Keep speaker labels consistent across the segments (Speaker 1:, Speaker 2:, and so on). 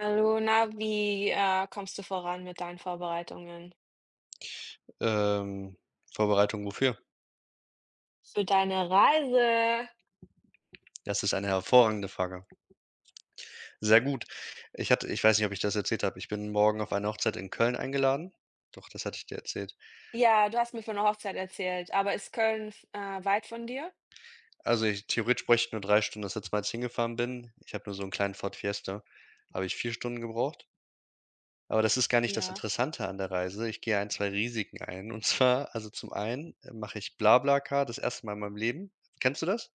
Speaker 1: Hallo, na, wie, kommst du voran mit deinen Vorbereitungen
Speaker 2: Ähm, Vorbereitung wofür?
Speaker 1: für deine Reise?
Speaker 2: Das ist eine hervorragende Frage. Sehr gut. Ich weiß nicht, ob ich das erzählt habe. Ich bin morgen auf eine Hochzeit in Köln eingeladen. Doch, das hatte ich dir erzählt.
Speaker 1: Ja, du hast mir von der Hochzeit erzählt, aber ist Köln f weit von dir?
Speaker 2: Also, ich theoretisch bräuchte ich nur 3 Stunden. Das letzte Mal, als ich hingefahren bin, ich habe nur so einen kleinen Ford Fiesta, habe ich 4 Stunden gebraucht. Aber das ist gar nicht das
Speaker 1: Ja.
Speaker 2: Interessante an der Reise. Ich gehe ein, 2 Risiken ein. Und zwar also, zum einen mache ich BlaBlaCar das erste Mal in meinem Leben. Kennst du das?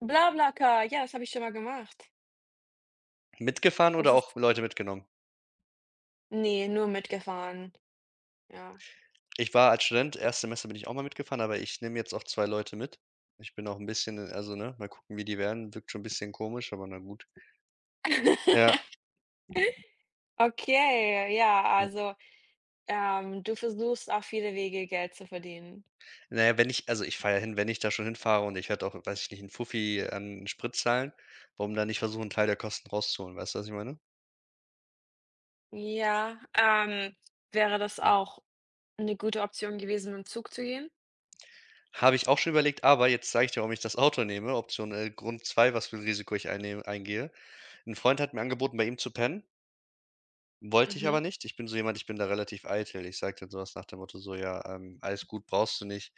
Speaker 1: BlaBlaCar, ja, das habe ich schon mal gemacht.
Speaker 2: Mitgefahren
Speaker 1: Das
Speaker 2: oder auch
Speaker 1: ist
Speaker 2: Leute mitgenommen?
Speaker 1: Ne, nur mitgefahren, ja.
Speaker 2: Ich war als Student Erstsemester, bin ich auch mal mitgefahren, aber ich nehme jetzt auch 2 Leute mit. Ich bin auch 'n bisschen, also, ne, mal gucken, wie die werden. Wirkt schon 'n bisschen komisch, aber na gut. Ja.
Speaker 1: Okay, ja, also, du versuchst auf viele Wege Geld zu verdienen.
Speaker 2: Na ja, wenn ich also, ich fahre ja hin, wenn ich da schon hinfahre, und ich werde auch, weiß ich nicht, 'n Fuffi an Sprit zahlen, warum dann nicht versuchen, 'n Teil der Kosten rauszuholen? Weißt du, was ich meine?
Speaker 1: Ja, wäre das
Speaker 2: Hm.
Speaker 1: auch eine gute Option gewesen, mit'm Zug zu gehen?
Speaker 2: Habe ich auch schon überlegt, aber jetzt sage ich dir, warum ich das Auto nehme. Option, Grund 2, was für 'n Risiko ich einnehme eingehe. 'N Freund hat mir angeboten, bei ihm zu pennen. Wollte ich aber
Speaker 1: Mhm,
Speaker 2: nicht. Ich bin so jemand, ich bin da relativ eitel. Ich sage dann sowas nach dem Motto so: „Ja, alles gut, brauchst du nicht.“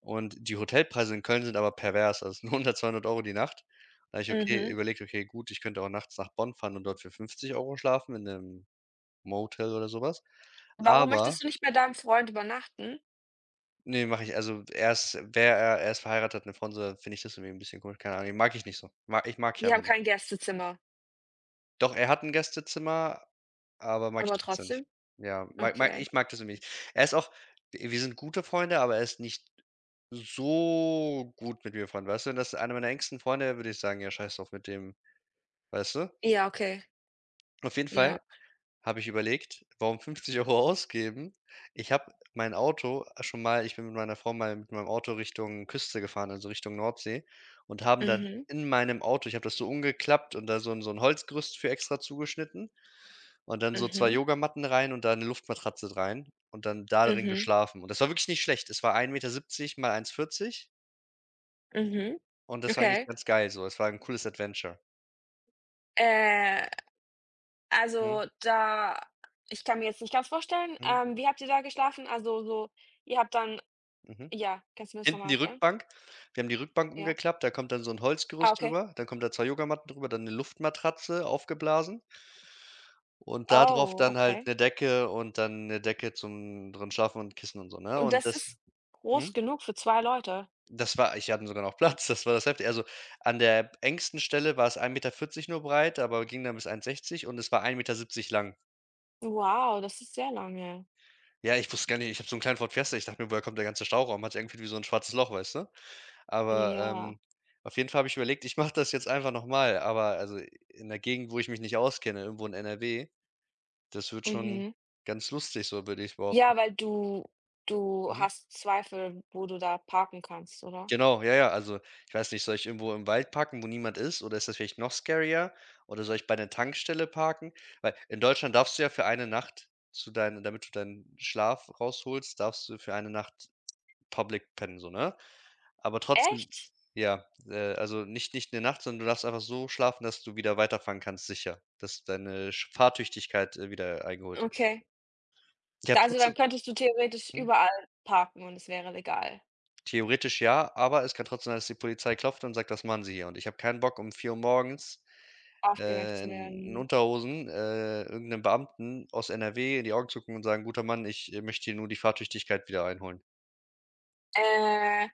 Speaker 2: Und die Hotelpreise in Köln sind aber pervers, also es sind 100, 200 Euro die Nacht. Da habe ich
Speaker 1: mhm.
Speaker 2: überlegt: „Okay, gut, ich könnte auch nachts nach Bonn fahren und dort für 50 Euro schlafen in einem Motel oder sowas.“
Speaker 1: Warum
Speaker 2: Aber
Speaker 1: möchtest du nicht bei deinem Freund übernachten?
Speaker 2: nee, mache ich also erst wer wäre er er ist verheiratet, hat eine Frau, so, finde ich das irgendwie ein bisschen komisch, keine Ahnung, mag ich nicht so. Ma ich mag ich
Speaker 1: Die
Speaker 2: einfach
Speaker 1: haben
Speaker 2: nicht.
Speaker 1: kein Gästezimmer,
Speaker 2: Doch, er hat 'n Gästezimmer, aber mag ich
Speaker 1: aber
Speaker 2: trotzdem nicht.
Speaker 1: trotzdem?
Speaker 2: Ja, mag mag
Speaker 1: Okay.
Speaker 2: ich mag das irgendwie nicht. Er ist auch wir sind gute Freunde, aber er ist nicht so gut mit mir befreundet, weißt du? Wenn das einer meiner engsten Freunde würde, ich sagen: „Ja, scheiß drauf mit dem“, weißt du?
Speaker 1: Ja, okay.
Speaker 2: Auf jeden
Speaker 1: Ja.
Speaker 2: Fall habe ich überlegt, warum 50 Euro ausgeben? Ich bin mit meiner Frau mal mit meinem Auto Richtung Küste gefahren, also Richtung Nordsee, und haben dann
Speaker 1: Mhm,
Speaker 2: in meinem Auto ich habe das so umgeklappt und da so 'n Holzgerüst für extra zugeschnitten und dann so 2
Speaker 1: mhm,
Speaker 2: Yogamatten rein und da 'ne Luftmatratze rein und dann da drin
Speaker 1: mhm,
Speaker 2: geschlafen. Und das war wirklich nicht schlecht. Es war 1,70 m mal 1,40,
Speaker 1: mhm.
Speaker 2: und das war eigentlich
Speaker 1: Okay.
Speaker 2: ganz geil so. Es war 'n cooles Adventure.
Speaker 1: Äh,
Speaker 2: Mhm,
Speaker 1: also da ich kann mir jetzt nicht ganz vorstellen,
Speaker 2: mhm,
Speaker 1: wie habt ihr da geschlafen? Also so, ihr habt dann,
Speaker 2: mhm.
Speaker 1: ja, kannst du mir das
Speaker 2: Hinten
Speaker 1: nochmal
Speaker 2: die
Speaker 1: erklären?
Speaker 2: Rückbank, wir haben die Rückbank
Speaker 1: Ja.
Speaker 2: umgeklappt, da kommt dann so 'n
Speaker 1: Ah,
Speaker 2: Holzgerüst
Speaker 1: okay.
Speaker 2: drüber, dann kommen da 2 Yogamatten drüber, dann 'ne Luftmatratze aufgeblasen und da drauf
Speaker 1: Oh,
Speaker 2: dann halt
Speaker 1: okay.
Speaker 2: 'ne Decke und dann 'ne Decke zum drin schlafen und Kissen und so, ne?
Speaker 1: Und
Speaker 2: Und
Speaker 1: das
Speaker 2: das
Speaker 1: ist groß
Speaker 2: mhm.
Speaker 1: genug für 2 Leute?
Speaker 2: Das war ich hatte sogar noch Platz, das war das Heftige. Also, an der engsten Stelle war es 1,40 m nur breit, aber ging dann bis 1,60 m, und es war 1,70 m lang.
Speaker 1: Wow, das ist sehr lange.
Speaker 2: Ja, ich wusste gar nicht, ich habe so 'n kleinen Ford Fiesta, ich dachte mir: „Woher kommt der ganze Stauraum?“ Hatte irgendwie wie so 'n schwarzes Loch, weißt du? Aber,
Speaker 1: Ja.
Speaker 2: auf jeden Fall habe ich überlegt, ich mache das jetzt einfach noch mal, aber also in 'ner Gegend, wo ich mich nicht auskenne, irgendwo in NRW, das wird schon
Speaker 1: Mhm.
Speaker 2: ganz lustig so, würde ich behaupten.
Speaker 1: Ja, weil du
Speaker 2: Mhm.
Speaker 1: hast Zweifel, wo du da parken kannst, oder?
Speaker 2: Genau, ja, ja. Also, ich weiß nicht, soll ich irgendwo im Wald parken, wo niemand ist, oder ist das vielleicht noch scarier? Oder soll ich bei einer Tankstelle parken? Weil in Deutschland darfst du ja für eine Nacht zu deinen damit du deinen Schlaf rausholst, darfst du für eine Nacht public pennen, so, ne? Aber trotzdem
Speaker 1: Echt?
Speaker 2: ja, also nicht eine Nacht, sondern du darfst einfach so schlafen, dass du wieder weiterfahren kannst, sicher, dass deine Sch Fahrtüchtigkeit, wieder eingeholt ist.
Speaker 1: Okay.
Speaker 2: Ich habe
Speaker 1: Da Also,
Speaker 2: trotzdem
Speaker 1: dann könntest du theoretisch
Speaker 2: mhm,
Speaker 1: überall parken und es wäre legal,
Speaker 2: theoretisch ja, aber es kann trotzdem sein, dass die Polizei klopft und sagt: „Was machen Sie hier?“ Und ich habe keinen Bock, um 4 Uhr morgens
Speaker 1: aufgeweckt zu
Speaker 2: in
Speaker 1: werden.
Speaker 2: Unterhosen, irgend Beamten aus NRW in die Augen zucken und sagen: „Guter Mann, ich, möchte hier nur die Fahrtüchtigkeit wieder einholen.“
Speaker 1: Äh,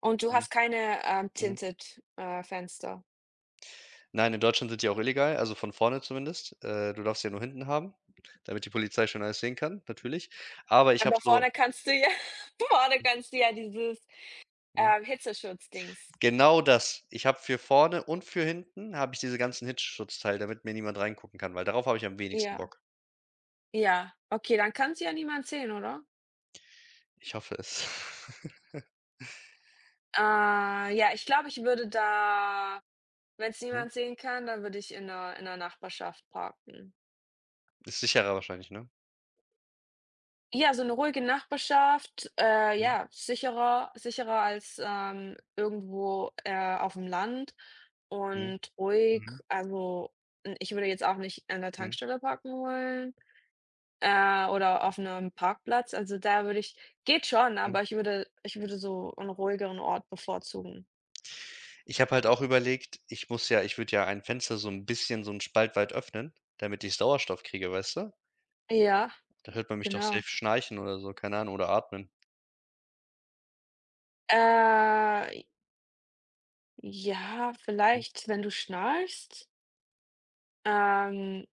Speaker 1: und du
Speaker 2: Mhm,
Speaker 1: hast keine,
Speaker 2: mhm.
Speaker 1: tinted, Fenster.
Speaker 2: Nein, in Deutschland sind die auch illegal, also von vorne zumindest. Du darfst sie ja nur hinten haben, damit die Polizei schon alles sehen kann, natürlich. Aber ich habe
Speaker 1: Aber
Speaker 2: so
Speaker 1: vorne kannst du ja vorne kannst du ja dieses,
Speaker 2: mhm,
Speaker 1: Hitzeschutzdings.
Speaker 2: genau das. Ich habe für vorne und für hinten habe ich diese ganzen Hitzschutzteile, damit mir niemand reingucken kann, weil darauf habe ich am wenigsten
Speaker 1: Ja,
Speaker 2: Bock.
Speaker 1: ja. Okay, dann kann's ja niemand sehen, oder?
Speaker 2: Ich hoffe es.
Speaker 1: Äh, ja, ich glaube, ich würde da wenn es
Speaker 2: Mhm.
Speaker 1: niemand sehen kann, dann würde ich in der Nachbarschaft parken.
Speaker 2: Ist sicherer wahrscheinlich, ne?
Speaker 1: Ja, so eine ruhige Nachbarschaft,
Speaker 2: Mhm,
Speaker 1: ja, sicherer als, irgendwo, auf dem Land
Speaker 2: mhm,
Speaker 1: und ruhig.
Speaker 2: mhm,
Speaker 1: Also, n ich würde jetzt auch nicht an der
Speaker 2: mhm,
Speaker 1: Tankstelle parken wollen, oder auf einem Parkplatz. Also, da würde ich geht schon,
Speaker 2: mhm.
Speaker 1: aber ich würde so einen ruhigeren Ort bevorzugen.
Speaker 2: Ich habe halt auch überlegt, ich muss ja, ich würde ja ein Fenster so ein bisschen so 'n Spalt weit öffnen, damit ich Sauerstoff kriege, weißt du?
Speaker 1: Ja,
Speaker 2: Da hört man mich doch
Speaker 1: genau.
Speaker 2: safe schnarchen oder so, keine Ahnung, oder atmen.
Speaker 1: Äh, ja,
Speaker 2: Mhm,
Speaker 1: vielleicht, wenn du schnarchst? Ähm,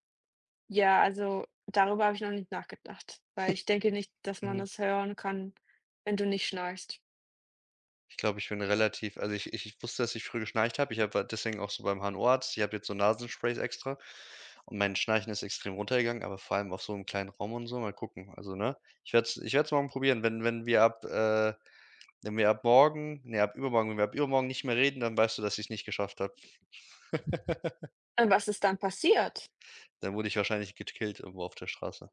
Speaker 1: ja, also darüber habe ich noch nicht nachgedacht, weil ich denke nicht, dass man
Speaker 2: mhm.
Speaker 1: das hören kann, wenn du nicht schnarchst.
Speaker 2: Ich glaube, ich bin relativ, also, ich wusste, dass ich früh geschnarcht habe. Ich habe halt deswegen auch so beim HNO-Arzt ich habe jetzt so Nasensprays extra, und mein Schnarchen ist extrem runtergegangen, aber vor allem auch so im kleinen Raum und so. Mal gucken, also, ne? Ich werde es morgen probieren. Wenn wenn wir ab, wenn wir ab morgen ne, ab übermorgen wenn wir ab übermorgen nicht mehr reden, dann weißt du, dass ich's nicht geschafft habe.
Speaker 1: Was ist dann passiert?
Speaker 2: Dann wurde ich wahrscheinlich gekillt irgendwo auf der Straße.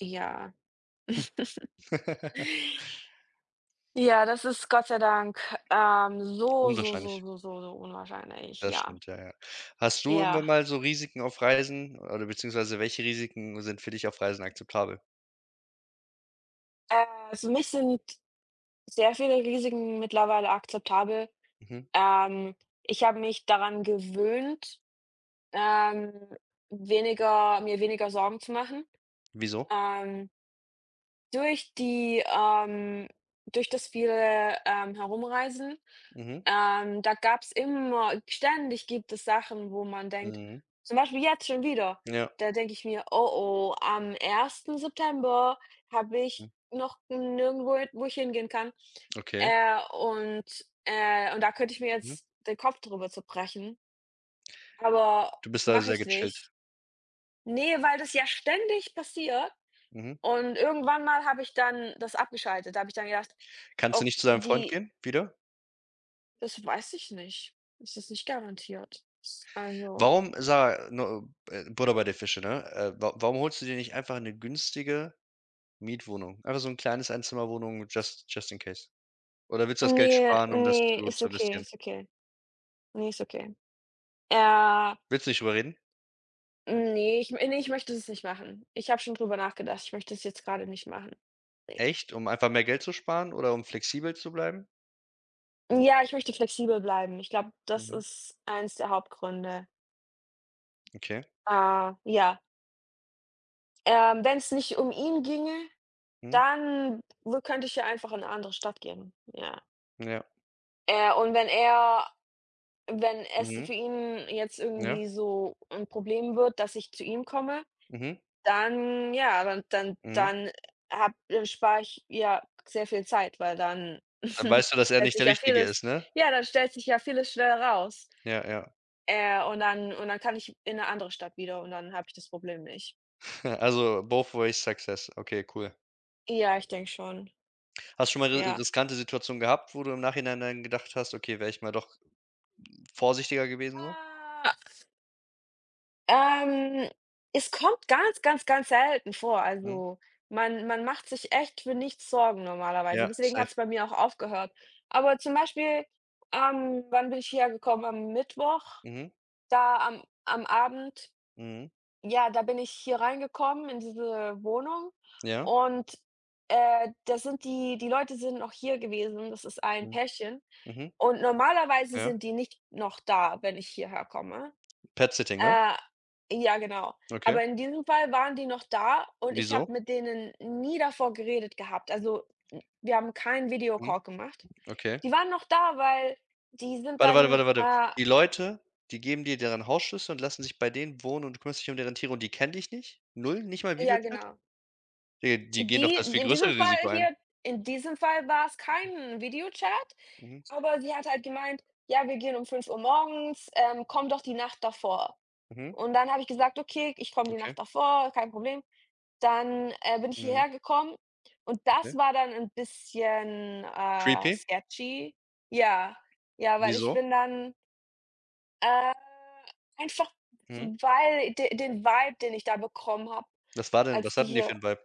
Speaker 1: Ja. Ja, das ist, Gott sei Dank, so, so, so,
Speaker 2: Unwahrscheinlich.
Speaker 1: so, so, so unwahrscheinlich,
Speaker 2: Das
Speaker 1: ja.
Speaker 2: stimmt, ja, ja. Hast du irgendwann
Speaker 1: Ja.
Speaker 2: mal so Risiken auf Reisen, oder beziehungsweise welche Risiken sind für dich auf Reisen akzeptabel?
Speaker 1: Für mich sind sehr viele Risiken mittlerweile akzeptabel.
Speaker 2: Mhm.
Speaker 1: Ähm, Ich habe mich daran gewöhnt, ähm, weniger mir weniger Sorgen zu machen.
Speaker 2: Wieso?
Speaker 1: Ähm Durch die, durch das viele, Herumreisen,
Speaker 2: Mhm.
Speaker 1: da gab's immer ständig gibt es Sachen, wo man denkt,
Speaker 2: Mhm.
Speaker 1: zum Beispiel jetzt schon wieder,
Speaker 2: Ja.
Speaker 1: da denke ich mir: „Oh, oh, am ersten September habe ich
Speaker 2: Mhm.
Speaker 1: noch nirgendwo hin, wo ich hingehen kann."
Speaker 2: Okay.
Speaker 1: Äh, und und da könnte ich mir
Speaker 2: Mhm.
Speaker 1: jetzt den Kopf drüber zerbrechen, aber
Speaker 2: Du bist da
Speaker 1: mache
Speaker 2: sehr
Speaker 1: ich
Speaker 2: gechillt.
Speaker 1: nicht. Nee, weil das ja ständig passiert,
Speaker 2: Mhm.
Speaker 1: und irgendwann mal habe ich dann das abgeschaltet. Da habe ich dann gedacht:
Speaker 2: Kannst
Speaker 1: „Oh,
Speaker 2: du nicht zu deinem Freund
Speaker 1: die
Speaker 2: gehen wieder?
Speaker 1: das weiß ich nicht. Es ist nicht garantiert." Also,
Speaker 2: Warum sa no Butter bei der Fische, ne? Wa warum holst du dir nicht einfach eine günstige Mietwohnung? Einfach so ein kleines Einzimmerwohnung just in case. Oder willst du das Geld
Speaker 1: nee,
Speaker 2: sparen, um das
Speaker 1: nee, ist
Speaker 2: zu
Speaker 1: okay,
Speaker 2: investieren?
Speaker 1: ist okay. Nee, ist okay. Äh,
Speaker 2: Willst du nicht drüber reden?
Speaker 1: Nee, ich möchte es nicht machen. Ich habe schon drüber nachgedacht. Ich möchte es jetzt gerade nicht machen. Ne.
Speaker 2: Echt? Um einfach mehr Geld zu sparen oder um flexibel zu bleiben?
Speaker 1: Ja, ich möchte flexibel bleiben. Ich glaube, das
Speaker 2: Mhm,
Speaker 1: ist eins der Hauptgründe.
Speaker 2: okay.
Speaker 1: Äh, ja. Wenn es nicht um ihn ginge,
Speaker 2: Mhm,
Speaker 1: dann w könnte ich ja einfach in 'ne andere Stadt gehen. Ja.
Speaker 2: ja.
Speaker 1: Und wenn es
Speaker 2: Mhm,
Speaker 1: für ihn jetzt
Speaker 2: ja.
Speaker 1: irgendwie so ein Problem wird, dass ich zu ihm komme,
Speaker 2: Mhm,
Speaker 1: dann, ja, dann dann
Speaker 2: mhm.
Speaker 1: dann habe dann spare ich ja sehr viel Zeit, weil dann
Speaker 2: Dann weißt du, dass er
Speaker 1: stellt
Speaker 2: nicht
Speaker 1: sich
Speaker 2: der
Speaker 1: ja
Speaker 2: Richtige
Speaker 1: vieles
Speaker 2: ist, ne?
Speaker 1: ja, dann stellt sich ja vieles schnell raus.
Speaker 2: Ja, ja.
Speaker 1: Und dann kann ich in eine andere Stadt wieder, und dann habe ich das Problem nicht.
Speaker 2: Also, both ways success. Okay, cool.
Speaker 1: Ja, ich denke schon,
Speaker 2: Hast du schon mal ri
Speaker 1: ja.
Speaker 2: riskante Situationen gehabt, wo du im Nachhinein dann gedacht hast: „Okay, wäre ich mal doch vorsichtiger gewesen so?“
Speaker 1: Ah. Ähm, Es kommt ganz, ganz, ganz selten vor.
Speaker 2: Mhm.
Speaker 1: Also, man macht sich echt für nichts Sorgen normalerweise.
Speaker 2: Ja,
Speaker 1: Deswegen hat
Speaker 2: safe.
Speaker 1: es bei mir auch aufgehört. Aber zum Beispiel, wann bin ich hierher gekommen? Am Mittwoch,
Speaker 2: Mhm,
Speaker 1: da am Abend,
Speaker 2: mhm.
Speaker 1: ja, da bin ich hier reingekommen in diese Wohnung,
Speaker 2: Ja.
Speaker 1: und, da sind die Leute sind noch hier gewesen. Das ist ein
Speaker 2: Mhm,
Speaker 1: Pärchen
Speaker 2: mhm.
Speaker 1: und normalerweise
Speaker 2: Ja.
Speaker 1: sind die nicht noch da, wenn ich hierher komme.
Speaker 2: Pet-Sitting, ne?
Speaker 1: Äh, ja, genau.
Speaker 2: Okay.
Speaker 1: Aber in diesem Fall waren die noch da und ich habe
Speaker 2: Wieso?
Speaker 1: mit denen nie davor geredet gehabt. Also, wir haben keinen
Speaker 2: Mhm,
Speaker 1: Video-Call gemacht.
Speaker 2: okay.
Speaker 1: Die waren noch da, weil die sind
Speaker 2: Warte, warte,
Speaker 1: dann
Speaker 2: warte, warte. Die Leute, die geben dir deren Hausschlüssel und lassen sich bei denen wohnen und du kümmerst dich um deren Tiere und die kennen dich nicht? Null, nicht mal
Speaker 1: ja,
Speaker 2: Videochat?
Speaker 1: genau.
Speaker 2: Die gehen doch
Speaker 1: Die
Speaker 2: das viel größere Risiko ein.
Speaker 1: In diesem Fall war es kein Videochat,
Speaker 2: Mhm,
Speaker 1: aber sie hat halt gemeint: „Ja, wir gehen um 5 Uhr morgens, komm doch die Nacht davor."
Speaker 2: mhm,
Speaker 1: Und dann habe ich gesagt: „Okay, ich komme die
Speaker 2: okay,
Speaker 1: Nacht davor, kein Problem." Dann, bin ich
Speaker 2: mhm,
Speaker 1: hierher gekommen und das
Speaker 2: okay.
Speaker 1: war dann ein bisschen,
Speaker 2: Creepy.
Speaker 1: sketchy. Ja, ja, weil ich
Speaker 2: Wieso?
Speaker 1: bin dann, äh, einfach
Speaker 2: Mhm.
Speaker 1: weil de den Vibe, den ich da bekommen habe,
Speaker 2: Was war denn,
Speaker 1: als
Speaker 2: was
Speaker 1: die
Speaker 2: hatten die für
Speaker 1: hier,
Speaker 2: ein Vibe?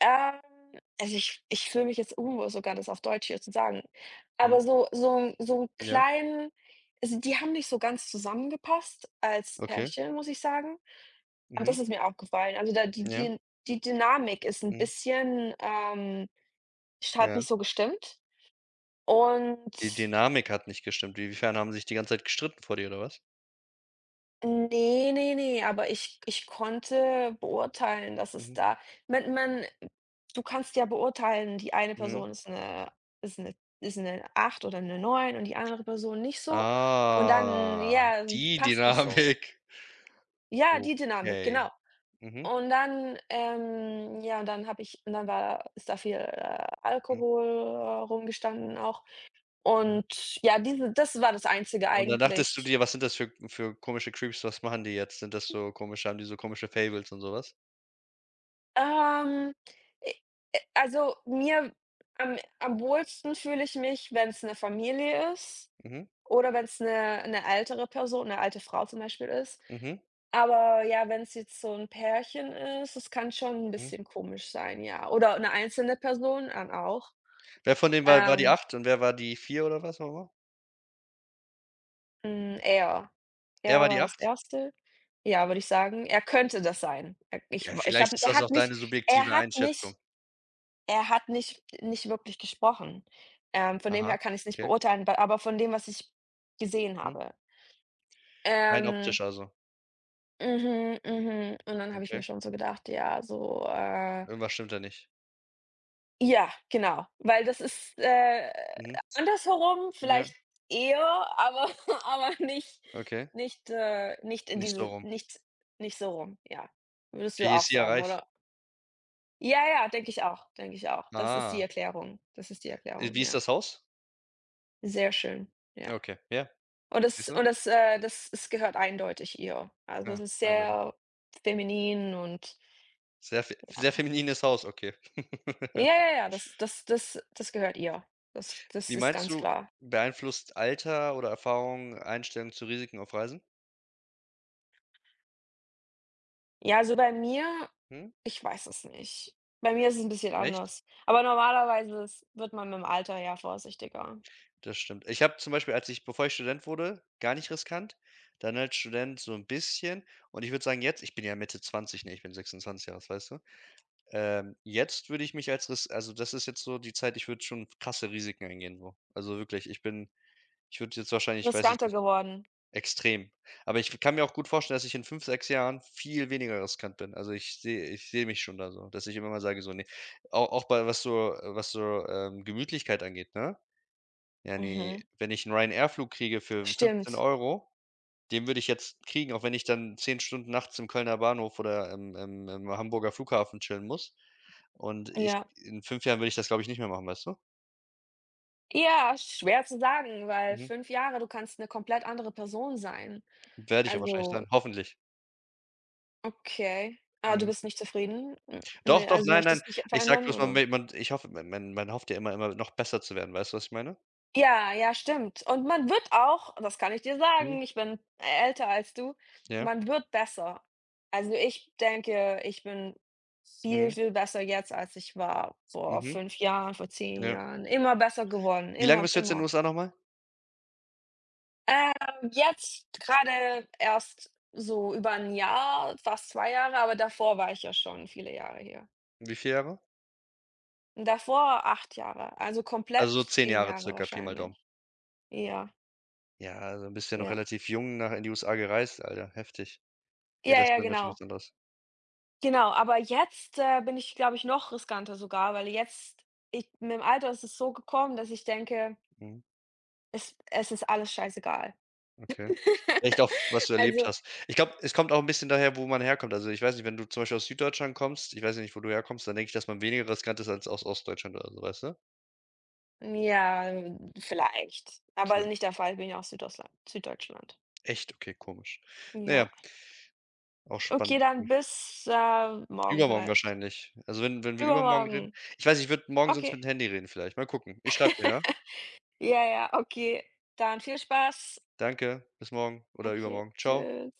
Speaker 1: ähm, also, ich fühle mich jetzt unwohl sogar, das auf Deutsch hier zu sagen,
Speaker 2: Mhm,
Speaker 1: aber so so so 'n
Speaker 2: ja,
Speaker 1: kleinen also, die haben nicht so ganz zusammengepasst als
Speaker 2: okay.
Speaker 1: Pärchen, muss ich sagen. Aber
Speaker 2: Mhm,
Speaker 1: das ist mir aufgefallen. Also, da die
Speaker 2: ja,
Speaker 1: die die Dynamik ist 'n
Speaker 2: mhm,
Speaker 1: bisschen, ich hat
Speaker 2: ja.
Speaker 1: nicht so gestimmt.
Speaker 2: Die
Speaker 1: Und
Speaker 2: Dynamik hat nicht gestimmt. Inwiefern, haben sie sich die ganze Zeit gestritten vor dir oder was?
Speaker 1: ne, ne, ne, aber ich konnte beurteilen, dass es
Speaker 2: Mhm,
Speaker 1: da, man man du kannst ja beurteilen, die eine
Speaker 2: mhm.
Speaker 1: Person ist 'ne ist 'ne ist 'ne 8 oder 'ne neun, und die andere Person nicht so, und dann,
Speaker 2: Ah,
Speaker 1: ja,
Speaker 2: die
Speaker 1: passt nicht so.
Speaker 2: Dynamik.
Speaker 1: Ja, die Dynamik,
Speaker 2: Okay.
Speaker 1: genau.
Speaker 2: Mhm,
Speaker 1: Und dann, ja, und dann war ist da viel,
Speaker 2: mhm.
Speaker 1: Alkohol rumgestanden auch, und ja, diese das war das Einzige
Speaker 2: Und dann dachtest du
Speaker 1: eigentlich.
Speaker 2: dir: „Was sind das für komische Creeps? Was machen die jetzt? Sind das so komische Fables und sowas?
Speaker 1: Ähm, e e Also, mir am wohlsten fühle ich mich, wenn es eine Familie ist
Speaker 2: Mhm,
Speaker 1: oder wenn es eine ältere Person, eine alte Frau zum Beispiel, ist.
Speaker 2: mhm,
Speaker 1: Aber ja, wenn es jetzt so ein Pärchen ist, das kann schon ein
Speaker 2: mhm.
Speaker 1: bisschen komisch sein, ja. Oder eine einzelne Person dann auch.
Speaker 2: Wer von denen war die
Speaker 1: Ähm,
Speaker 2: acht und wer war die vier oder was noch?
Speaker 1: hm, er
Speaker 2: Er
Speaker 1: er
Speaker 2: war die
Speaker 1: war das
Speaker 2: 8.
Speaker 1: Erste. Ja, würde ich sagen. Er könnte das sein. Er ich
Speaker 2: Ja,
Speaker 1: ich
Speaker 2: vielleicht
Speaker 1: habe
Speaker 2: ist das auch deine
Speaker 1: er
Speaker 2: subjektive
Speaker 1: hat mich
Speaker 2: Einschätzung.
Speaker 1: Er hat nicht wirklich gesprochen. Von dem
Speaker 2: Aha,
Speaker 1: her kann ich's nicht
Speaker 2: okay.
Speaker 1: beurteilen, wa aber von dem, was ich gesehen
Speaker 2: Mhm.
Speaker 1: habe.
Speaker 2: Rein
Speaker 1: Ähm,
Speaker 2: optisch also.
Speaker 1: mhm, mhm. Und dann habe ich mir
Speaker 2: Okay.
Speaker 1: schon so gedacht, ja,
Speaker 2: Irgendwas stimmt da nicht.
Speaker 1: ja, genau, weil das ist,
Speaker 2: Mhm.
Speaker 1: andersherum
Speaker 2: Ja,
Speaker 1: vielleicht eher, aber aber
Speaker 2: okay.
Speaker 1: nicht in
Speaker 2: Nicht so
Speaker 1: diese
Speaker 2: rum.
Speaker 1: nicht, so rum, ja. Würdest du
Speaker 2: Vielleicht ist
Speaker 1: auch
Speaker 2: sie ja
Speaker 1: sagen,
Speaker 2: reich.
Speaker 1: oder? Ja, ja, denke ich auch, denke ich auch. Das ist die
Speaker 2: Ah.
Speaker 1: Erklärung. Das ist die Erklärung,
Speaker 2: Wie ist
Speaker 1: ja.
Speaker 2: das Haus?
Speaker 1: Sehr schön, ja.
Speaker 2: Ja, okay. Ja, siehst du?
Speaker 1: Das Es gehört eindeutig ihr. Also, das
Speaker 2: Ja,
Speaker 1: ist
Speaker 2: eindeutig.
Speaker 1: sehr feminin, und
Speaker 2: Sehr feminines Haus, okay.
Speaker 1: ja, ja, ja, das gehört ihr. Das
Speaker 2: Wie
Speaker 1: ist
Speaker 2: meinst
Speaker 1: ganz
Speaker 2: du,
Speaker 1: klar.
Speaker 2: beeinflusst Alter oder Erfahrung Einstellung zu Risiken auf Reisen?
Speaker 1: Ja, also, bei mir
Speaker 2: Hm?
Speaker 1: ich weiß es nicht. Bei mir ist es 'n bisschen
Speaker 2: Echt?
Speaker 1: anders. Aber normalerweise ist wird man mit'm Alter ja vorsichtiger.
Speaker 2: Das stimmt. Ich habe zum Beispiel, als ich bevor ich Student wurde, gar nicht riskant. Dann als Student so ein bisschen. Und ich würde sagen, jetzt, ich bin ja Mitte 20, ne, ich bin 26 erst, weißt du? Jetzt würde ich mich als ris also, das ist jetzt so die Zeit, ich würde schon krasse Risiken eingehen so. Also, wirklich, ich bin ich würde jetzt wahrscheinlich, weiß ich
Speaker 1: Riskanter
Speaker 2: nicht
Speaker 1: geworden.
Speaker 2: Extrem. Aber ich kann mir auch gut vorstellen, dass ich in 5, 6 Jahren viel weniger riskant bin. Also, ich sehe mich schon da so, dass ich immer mal sage so: „Ne“, au auch bei was so, Gemütlichkeit angeht, ne? Ja, ne,
Speaker 1: Mhm.
Speaker 2: wenn ich einen Ryanair-Flug kriege für 15
Speaker 1: Stimmt.
Speaker 2: Euro, den würde ich jetzt kriegen, auch wenn ich dann 10 Stunden nachts im Kölner Bahnhof oder im Hamburger Flughafen chillen muss. Und ich
Speaker 1: Ja.
Speaker 2: in 5 Jahren würde ich das, glaube ich, nicht mehr machen, weißt du?
Speaker 1: Ja, schwer zu sagen, weil
Speaker 2: Mhm.
Speaker 1: 5 Jahre, du kannst 'ne komplett andere Person sein.
Speaker 2: Werde ich ja wahrscheinlich
Speaker 1: Also.
Speaker 2: dann, hoffentlich.
Speaker 1: Okay. Ah, du
Speaker 2: Mhm.
Speaker 1: bist nicht zufrieden? M
Speaker 2: Doch,
Speaker 1: mi
Speaker 2: doch,
Speaker 1: Also,
Speaker 2: nein, nein.
Speaker 1: möchtest dich
Speaker 2: Ich sage
Speaker 1: verändern,
Speaker 2: bloß, man
Speaker 1: oder?
Speaker 2: man ich hoffe, man hofft ja immer immer noch besser zu werden. Weißt du, was ich meine?
Speaker 1: Ja, ja, stimmt. Und man wird auch, das kann ich dir
Speaker 2: Mhm.
Speaker 1: sagen, ich bin älter als du,
Speaker 2: Ja.
Speaker 1: man wird besser. Also, ich denke, ich bin viel,
Speaker 2: Mhm.
Speaker 1: viel besser jetzt, als ich war vor
Speaker 2: Mhm.
Speaker 1: 5 Jahren, vor zehn
Speaker 2: Ja.
Speaker 1: Jahren. Immer besser geworden,
Speaker 2: Wie lange
Speaker 1: immer,
Speaker 2: bist du jetzt in den
Speaker 1: immer.
Speaker 2: USA noch mal?
Speaker 1: Jetzt gerade erst so über 1 Jahr, fast 2 Jahre, aber davor war ich ja schon viele Jahre hier.
Speaker 2: Wie viele Jahre?
Speaker 1: Davor 8 Jahre, also
Speaker 2: Also, so
Speaker 1: komplett
Speaker 2: 10
Speaker 1: 10
Speaker 2: Jahre
Speaker 1: Jahre
Speaker 2: circa, Pi mal Daumen.
Speaker 1: wahrscheinlich. Ja,
Speaker 2: Ja, also, bist ja noch
Speaker 1: ja.
Speaker 2: relativ jung nach in die USA gereist, Alter, heftig. Ja,
Speaker 1: Ja,
Speaker 2: das ist
Speaker 1: ja,
Speaker 2: dann natürlich
Speaker 1: genau.
Speaker 2: was anderes.
Speaker 1: Genau, aber jetzt, bin ich, glaube ich, noch riskanter sogar, weil jetzt, ich mit dem Alter ist es so gekommen, dass ich denke,
Speaker 2: Mhm,
Speaker 1: es ist alles scheißegal.
Speaker 2: okay. Echt auch, was du erlebt
Speaker 1: Also,
Speaker 2: hast. Ich glaube, es kommt auch ein bisschen daher, wo man herkommt. Also, ich weiß nicht, wenn du zum Beispiel aus Süddeutschland kommst, ich weiß ja nicht, wo du herkommst, dann denke ich, dass man weniger riskant ist als aus Ostdeutschland oder so, weißt du?
Speaker 1: ja, vielleicht, aber
Speaker 2: Ja.
Speaker 1: nicht der Fall, ich bin ja aus Süddeutschland, Süddeutschland.
Speaker 2: Echt? Okay, komisch. Na
Speaker 1: Ja.
Speaker 2: ja. Auch
Speaker 1: Okay,
Speaker 2: spannend.
Speaker 1: dann bis, morgen
Speaker 2: Übermorgen
Speaker 1: vielleicht.
Speaker 2: wahrscheinlich. Also, wenn wir übermorgen reden,
Speaker 1: Übermorgen.
Speaker 2: ich weiß, ich würde morgen sonst
Speaker 1: Okay.
Speaker 2: mit dem Handy reden vielleicht. Mal gucken. Ich schreibe dir, ja?
Speaker 1: Ja, ja, okay. Dann viel Spaß.
Speaker 2: Danke, bis morgen oder
Speaker 1: Okay,
Speaker 2: übermorgen. Ciao.
Speaker 1: tschüss.